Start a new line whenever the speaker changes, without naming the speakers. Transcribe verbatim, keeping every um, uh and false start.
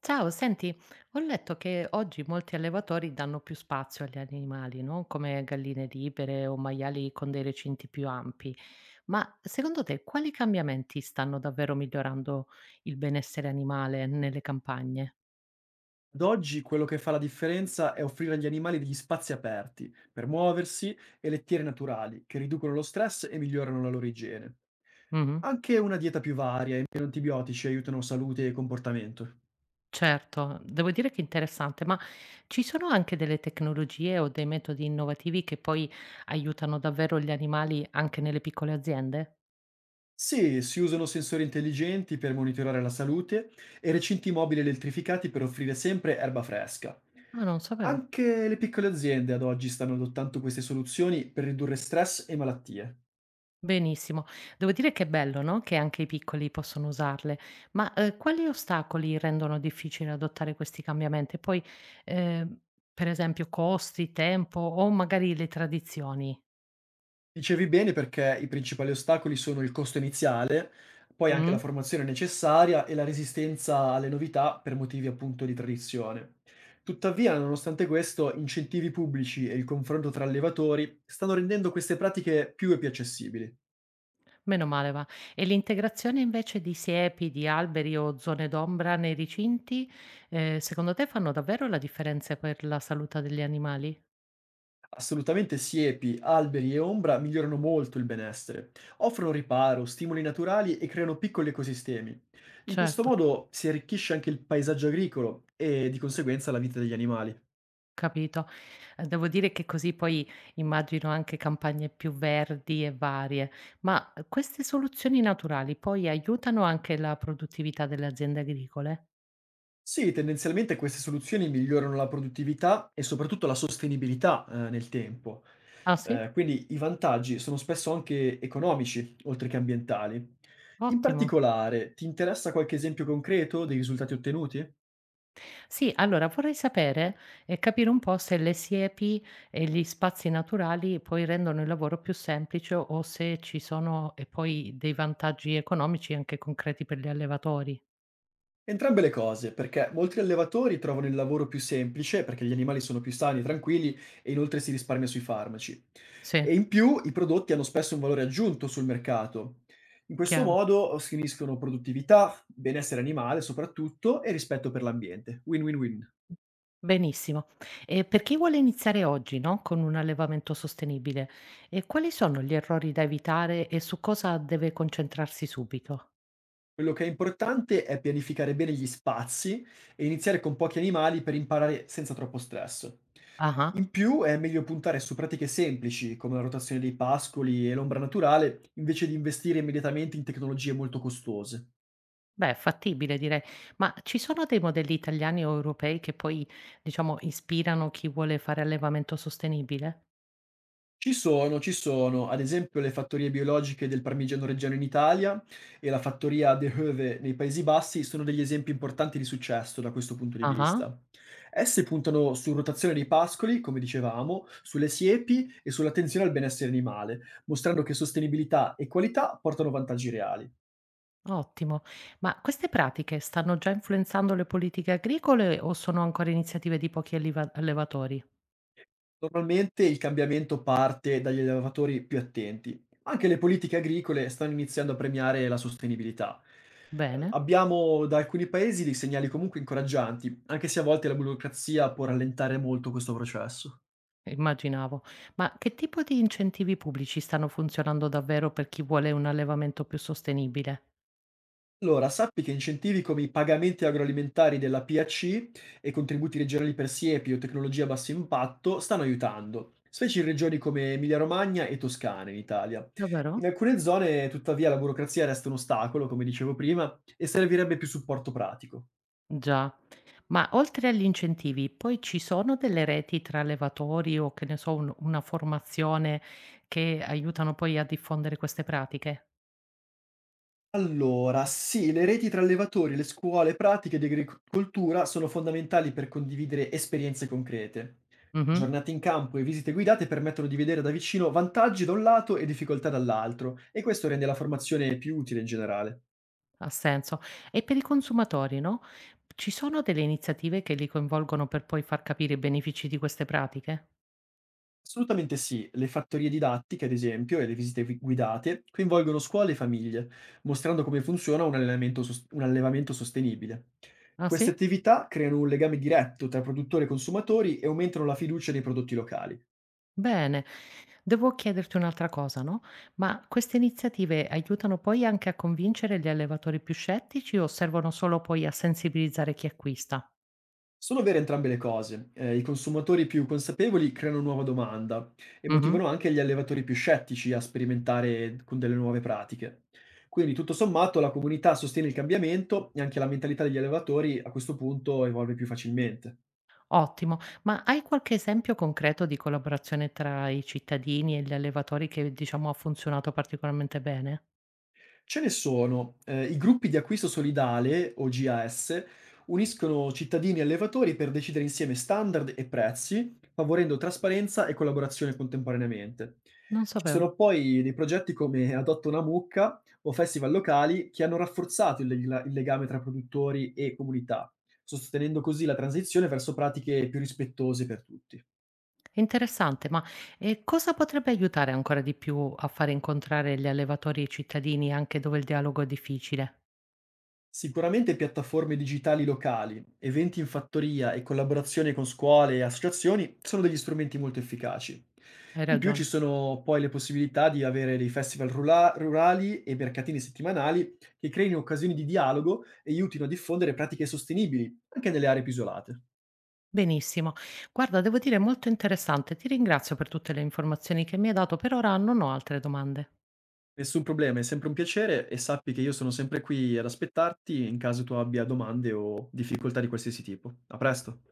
Ciao, senti, ho letto che oggi molti allevatori danno più spazio agli animali, no? Come galline libere o maiali con dei recinti più ampi. Ma secondo te quali cambiamenti stanno davvero migliorando il benessere animale nelle campagne?
Ad oggi quello che fa la differenza è offrire agli animali degli spazi aperti per muoversi e lettiere naturali che riducono lo stress e migliorano la loro igiene.
Mhm.
Anche una dieta più varia e meno antibiotici aiutano salute e comportamento.
Certo, devo dire che è interessante, ma ci sono anche delle tecnologie o dei metodi innovativi che poi aiutano davvero gli animali anche nelle piccole aziende?
Sì, si usano sensori intelligenti per monitorare la salute e recinti mobili elettrificati per offrire sempre erba fresca.
Ah, non sapevo.
Anche le piccole aziende ad oggi stanno adottando queste soluzioni per ridurre stress e malattie.
Benissimo. Devo dire che è bello, no, che anche i piccoli possono usarle, ma, uhm, quali ostacoli rendono difficile adottare questi cambiamenti? E poi, ehm, per esempio costi, tempo o magari le tradizioni?
Dicevi bene perché i principali ostacoli sono il costo iniziale, poi anche la
Mh?
formazione necessaria e la resistenza alle novità per motivi appunto di tradizione. Tuttavia, nonostante questo, incentivi pubblici e il confronto tra allevatori stanno rendendo queste pratiche più e più accessibili.
Meno male va. E l'integrazione invece di siepi, di alberi o zone d'ombra nei recinti, ehm, secondo te fanno davvero la differenza per la salute degli animali?
Assolutamente siepi, alberi e ombra migliorano molto il benessere, offrono riparo, stimoli naturali e creano piccoli ecosistemi. In questo
Certo.
modo si arricchisce anche il paesaggio agricolo e di conseguenza la vita degli animali.
Capito. Ehm, devo dire che così poi immagino anche campagne più verdi e varie. Ma, uhm, queste soluzioni naturali poi aiutano anche la produttività delle aziende agricole?
Sì, tendenzialmente queste soluzioni migliorano la produttività e soprattutto la sostenibilità, eh, nel tempo.
Ah sì?
Eh, quindi i vantaggi sono spesso anche economici, oltre che ambientali. In
Ottimo.
particolare, ti interessa qualche esempio concreto dei risultati ottenuti?
Sì, allora vorrei sapere e capire un po' se le siepi e gli spazi naturali poi rendono il lavoro più semplice o se ci sono e poi dei vantaggi economici anche concreti per gli allevatori.
Entrambe le cose, perché molti allevatori trovano il lavoro più semplice, perché gli animali sono più sani e tranquilli e inoltre si risparmia sui farmaci.
Sì,
E in più i prodotti hanno spesso un valore aggiunto sul mercato. In questo
chiaro.
modo si uniscono produttività, benessere animale soprattutto e rispetto per l'ambiente. Win-win-win.
Benissimo. E per chi vuole iniziare oggi, no, con un allevamento sostenibile, ehm, quali sono gli errori da evitare e su cosa deve concentrarsi subito?
Quello che è importante è pianificare bene gli spazi e iniziare con pochi animali per imparare senza troppo stress.
Ah-ah.
In più è meglio puntare su pratiche semplici, come la rotazione dei pascoli e l'ombra naturale, invece di investire immediatamente in tecnologie molto costose.
Beh, fattibile direi. Ma ci sono dei modelli italiani o europei che poi, diciamo, ispirano chi vuole fare allevamento sostenibile?
Ci sono, ci sono, ad esempio le fattorie biologiche del Parmigiano Reggiano in Italia e la fattoria De Heuve nei Paesi Bassi sono degli esempi importanti di successo da questo punto di
Ah-ah.
vista. Esse puntano su rotazione dei pascoli, come dicevamo, sulle siepi e sull'attenzione al benessere animale, mostrando che sostenibilità e qualità portano vantaggi reali.
Ottimo. Ma queste pratiche stanno già influenzando le politiche agricole o sono ancora iniziative di pochi alliva allevatori?
Normalmente il cambiamento parte dagli allevatori più attenti. Anche le politiche agricole stanno iniziando a premiare la sostenibilità.
Bene.
Abbiamo da alcuni paesi dei segnali comunque incoraggianti, anche se a volte la burocrazia può rallentare molto questo processo.
Immaginavo. Ma che tipo di incentivi pubblici stanno funzionando davvero per chi vuole un allevamento più sostenibile?
Allora, sappi che incentivi come i pagamenti agroalimentari della P A C e contributi regionali per siepi o tecnologie a basso impatto stanno aiutando, specie in regioni come Emilia-Romagna e Toscana in Italia.
Davvero?
In alcune zone, tuttavia, la burocrazia resta un ostacolo, come dicevo prima, e servirebbe più supporto pratico.
Già. Ma oltre agli incentivi, poi ci sono delle reti tra allevatori o che ne so, un- una formazione che aiutano poi a diffondere queste pratiche?
Allora, sì, le reti tra allevatori, le scuole pratiche di agricoltura sono fondamentali per condividere esperienze concrete.
Mhm.
Giornate in campo e visite guidate permettono di vedere da vicino vantaggi da un lato e difficoltà dall'altro, e questo rende la formazione più utile in generale.
Ha senso. E per i consumatori, no? Ci sono delle iniziative che li coinvolgono per poi far capire i benefici di queste pratiche?
Assolutamente sì, le fattorie didattiche, ad esempio, e le visite vi- guidate coinvolgono scuole e famiglie, mostrando come funziona un allenamento sos- un allevamento sostenibile.
Ah
Queste
sì?
attività creano un legame diretto tra produttori e consumatori e aumentano la fiducia nei prodotti locali.
Bene, devo chiederti un'altra cosa, no? Ma queste iniziative aiutano poi anche a convincere gli allevatori più scettici o servono solo poi a sensibilizzare chi acquista?
Sono vere entrambe le cose. Eh, I consumatori più consapevoli creano nuova domanda e
Mhm.
motivano anche gli allevatori più scettici a sperimentare con delle nuove pratiche. Quindi, tutto sommato, la comunità sostiene il cambiamento e anche la mentalità degli allevatori a questo punto evolve più facilmente.
Ottimo, ma hai qualche esempio concreto di collaborazione tra i cittadini e gli allevatori che diciamo ha funzionato particolarmente bene?
Ce ne sono. Eh, I gruppi di acquisto solidale, o G A S, uniscono cittadini e allevatori per decidere insieme standard e prezzi, favorendo trasparenza e collaborazione contemporaneamente.
Non
Ci
sapevo.
sono poi dei progetti come Adotta una mucca o festival locali che hanno rafforzato il, leg- il legame tra produttori e comunità, sostenendo così la transizione verso pratiche più rispettose per tutti.
Interessante, ma eh, cosa potrebbe aiutare ancora di più a fare incontrare gli allevatori e i cittadini anche dove il dialogo è difficile?
Sicuramente piattaforme digitali locali, eventi in fattoria e collaborazioni con scuole e associazioni sono degli strumenti molto efficaci.
Hai
In più ci
ragione.
sono poi le possibilità di avere dei festival rula- rurali e mercatini settimanali che creino occasioni di dialogo e aiutino a diffondere pratiche sostenibili, anche nelle aree più isolate.
Benissimo. Guarda, devo dire molto interessante. Ti ringrazio per tutte le informazioni che mi hai dato. Per ora non ho altre domande.
Nessun problema, è sempre un piacere e sappi che io sono sempre qui ad aspettarti in caso tu abbia domande o difficoltà di qualsiasi tipo. A presto!